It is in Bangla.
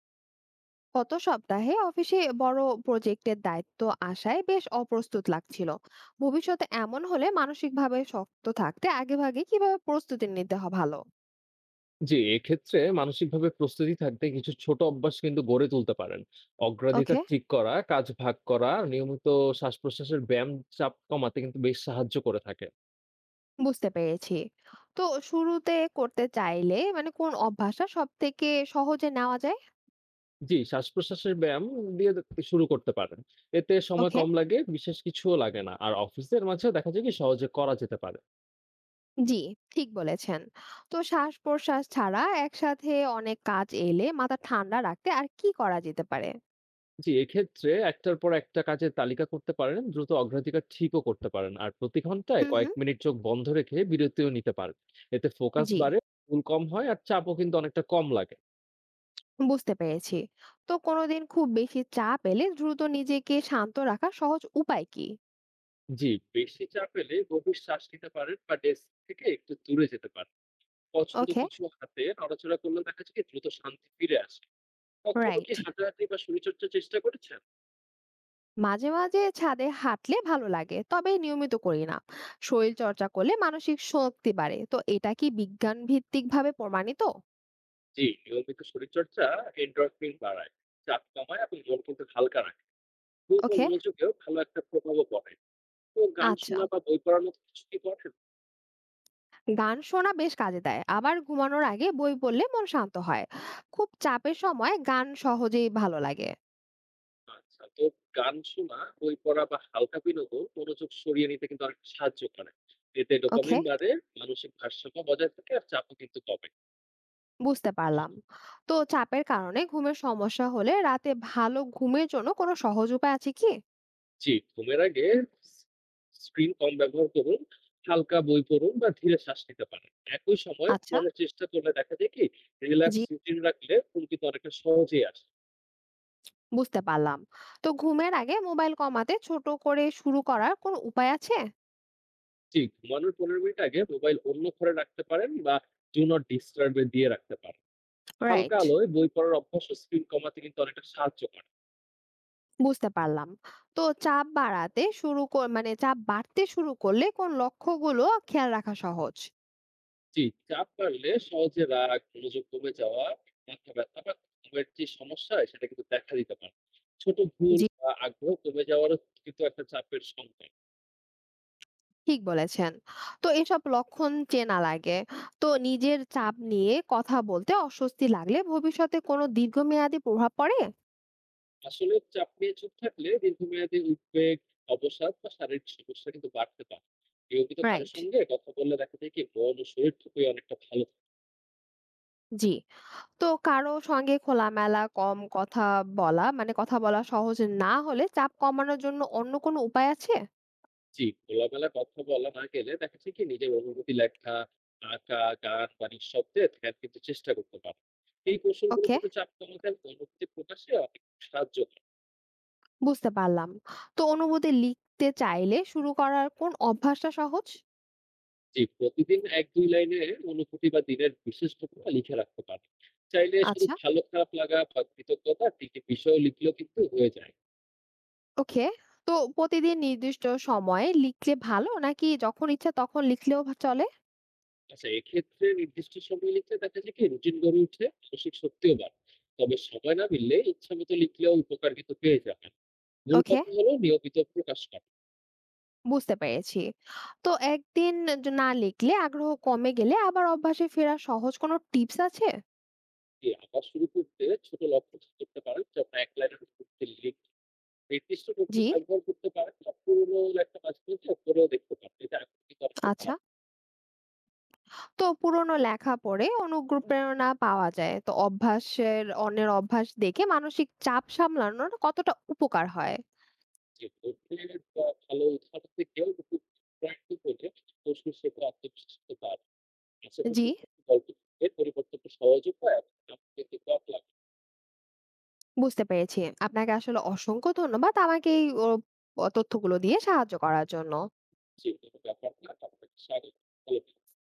গত সপ্তাহে অফিসে বড় প্রজেক্টের দায়িত্ব আসায় বেশ অপ্রস্তুত লাগছিল, ভবিষ্যতে এমন হলে মানসিকভাবে শক্ত থাকতে আগেভাগে কিভাবে প্রস্তুতি নিতে হয় ভালো। জি, এক্ষেত্রে মানসিকভাবে প্রস্তুতি থাকতে কিছু ছোট অভ্যাস কিন্তু গড়ে তুলতে পারেন। অগ্রাধিকার ওকে, ঠিক করা, কাজ ভাগ করা, নিয়মিত শ্বাসপ্রশ্বাসের ব্যায়াম চাপ কমাতে কিন্তু বেশ সাহায্য করে থাকে। বুঝতে পেরেছি। তো শুরুতে করতে চাইলে কোন অভ্যাসটা সব থেকে সহজে নেওয়া যায়? জি, শ্বাসপ্রশ্বাসের ব্যায়াম দিয়ে দে শুরু করতে পারেন। এতে সময় ওকে, কম লাগে, বিশেষ কিছুও লাগে না। আর অফিসের মাঝে দেখা যায় কি সহজে করা যেতে পারে। জি, ঠিক বলেছেন। তো শ্বাস প্রশ্বাস ছাড়া একসাথে অনেক কাজ এলে মাথা ঠান্ডা রাখতে আর কি করা যেতে পারে? জি, এক্ষেত্রে একটার পর একটা কাজের তালিকা করতে পারেন, দ্রুত অগ্রাধিকার ঠিকও করতে পারেন। আর প্রতি ঘন্টায় হুম কয়েক হুম মিনিট চোখ বন্ধ রেখে বিরতিও নিতে পারেন। এতে ফোকাস জি, বাড়ে, ভুল কম হয় আর চাপও কিন্তু অনেকটা কম লাগে। বুঝতে পেরেছি। তো কোনোদিন খুব বেশি চাপ এলে দ্রুত নিজেকে শান্ত রাখার সহজ উপায় কি? জি, বেশি চাপ এলে গভীর শ্বাস নিতে পারেন বা ডেস্ক থেকে একটু দূরে যেতে পারেন। পছন্দ ওকে, কিছু হাতে নড়াচড়া করলে দেখা যায় কি দ্রুত শান্তি ফিরে আসে। কখনো কি রাইট। হাঁটাহাঁটি বা শরীরচর্চার চেষ্টা করেছেন? মাঝে মাঝে ছাদে হাঁটলে ভালো লাগে, তবে নিয়মিত করি না। শরীর চর্চা করলে মানসিক শক্তি বাড়ে, তো এটা কি বিজ্ঞান ভিত্তিক ভাবে প্রমাণিত? জি, নিয়মিত শরীরচর্চা এন্ডোরফিন বাড়ায়, চাপ কমায় এবং মন কিন্তু হালকা রাখে। খুব ওকে, মনোযোগেও ভালো একটা প্রভাবও পড়ে। তো গান আচ্ছা। শোনা বা বই পড়ার মতো কিছু কি করেন? গান শোনা বেশ কাজে দেয়, আবার ঘুমানোর আগে বই পড়লে মন শান্ত হয়। খুব চাপের সময় গান সহজেই ভালো লাগে। আচ্ছা, তো গান শোনা, বই পড়া বা হালকা বিনোদন মনোযোগ সরিয়ে নিতে কিন্তু অনেকটা সাহায্য করে। এতে ওকে, ডোপামিন বাড়ে, মানসিক ভারসাম্য বজায় থাকে আর চাপও কিন্তু কমে। বুঝতে পারলাম। তো চাপের কারণে ঘুমের সমস্যা হলে রাতে ভালো ঘুমের জন্য কোনো সহজ উপায় আছে কি? জি, ঘুমের আগে স স্ক্রিন কম ব্যবহার করুন, হালকা বই পড়ুন বা ধীরে শ্বাস নিতে পারেন। একই সময়ে আচ্ছা, ঘুমানোর চেষ্টা করলে দেখা যায় কি জি, রিল্যাক্স রুটিন রাখলে ঘুম কিন্তু অনেকটা সহজেই আসে। বুঝতে পারলাম। তো ঘুমের আগে মোবাইল কমাতে ছোট করে শুরু করার কোনো উপায় আছে? জি, ঘুমানোর ১৫ মিনিট আগে মোবাইল অন্য ঘরে রাখতে পারেন বা ডু নট ডিস্টার্ব এ দিয়ে রাখতে পারেন। হালকা রাইট, আলোয় বই পড়ার অভ্যাস ও স্ক্রিন কমাতে কিন্তু অনেকটা সাহায্য করে। বুঝতে পারলাম। তো চাপ বাড়াতে শুরু কর মানে চাপ বাড়তে শুরু করলে কোন লক্ষ্যগুলো খেয়াল রাখা সহজ? জি, চাপ বাড়লে সহজে রাগ, মনোযোগ কমে যাওয়া, মাথা ব্যথা বা ঘুমের যে সমস্যা হয় সেটা কিন্তু দেখা দিতে পারে। ছোট ভুল জি, বা আগ্রহ কমে যাওয়ারও কিন্তু একটা চাপের সংকেত। ঠিক বলেছেন। তো এসব লক্ষণ চেনা লাগে। তো নিজের চাপ নিয়ে কথা বলতে অস্বস্তি লাগলে ভবিষ্যতে কোনো দীর্ঘমেয়াদী প্রভাব পড়ে? আসলে চাপ নিয়ে চুপ থাকলে দীর্ঘমেয়াদী উদ্বেগ, অবসাদ বা শারীরিক সমস্যা কিন্তু বাড়তে পারে। নিয়মিত কারোর রাইট। সঙ্গে কথা বললে দেখা যায় কি মন ও শরীর খুবই অনেকটা ভালো থাকে। জি। তো কারো সঙ্গে খোলামেলা কম কথা বলা মানে কথা বলা সহজ না হলে চাপ কমানোর জন্য অন্য কোনো উপায় আছে? জি, খোলামেলা কথা বলা না গেলে দেখা যায় কি নিজের অনুভূতি লেখা, আঁকা, গান বা নিঃশব্দে ধ্যান কিন্তু চেষ্টা করতে পারেন। এই কৌশলগুলো ওকে, কিন্তু চাপ কমাতে এবং অনুভূতি প্রকাশে অনেক সাহায্য করে। বুঝতে পারলাম। তো অনুভূতি লিখতে চাইলে শুরু করার কোন অভ্যাসটা সহজ? জি, প্রতিদিন ১-২ লাইনে অনুভূতি বা দিনের বিশেষ ঘটনা লিখে রাখতে পারেন। চাইলে শুধু আচ্ছা, ভালো খারাপ লাগা বা কৃতজ্ঞতা ৩ টি বিষয় লিখলেও কিন্তু হয়ে যায়। ওকে। তো প্রতিদিন নির্দিষ্ট সময়ে লিখলে ভালো নাকি যখন ইচ্ছা তখন লিখলেও ভা চলে? আচ্ছা, এক্ষেত্রে নির্দিষ্ট সময় লিখলে দেখা যায় কি রুটিন গড়ে উঠে মানসিক শক্তিও বাড়ে। তবে সময় না মিললে ইচ্ছামত লিখলেও উপকার কিন্তু পেয়ে যাবেন। মূল ওকে, কথা হলো নিয়মিত প্রকাশ করা। বুঝতে পেরেছি। তো একদিন য না লিখলে আগ্রহ কমে গেলে আবার অভ্যাসে ফেরার সহজ কোনো টিপস আছে? জি, আঁকা শুরু করতে ছোট লক্ষ্য ঠিক করতে পারেন। যেমন ১ লাইনের করতে লিখ নির্দিষ্ট নৌকো জি, ব্যবহার করতে পারেন বা পুরোনো একটা কাজ করলে করেও দেখতে পারেন। এটা এখন কিন্তু অনেকটা আচ্ছা। বাদ। তো পুরোনো লেখা পড়ে অনুপ্রেরণা পাওয়া যায়, তো অন্যের অভ্যাস দেখে মানসিক চাপ সামলানোর কতটা উপকার হয়? যে অন্যের বা ভালো উদাহরণ থেকেও কিন্তু প্র্যাকটিস হলে প্রশ্ন শেখা আত্মবিশ্বাস হতে পারে। জি, আশেপাশে কোনো গল্প থেকে পরিবর্তনটা সহজ উপায় আপনাকে কিন্তু অবাক লাগবে। বুঝতে পেরেছি। আপনাকে আসলে অসংখ্য ধন্যবাদ আমাকে এই তথ্যগুলো দিয়ে সাহায্য করার জন্য। জি, কোনো ব্যাপার না। আপনাকে স্বাগত। ভালো থাকবেন।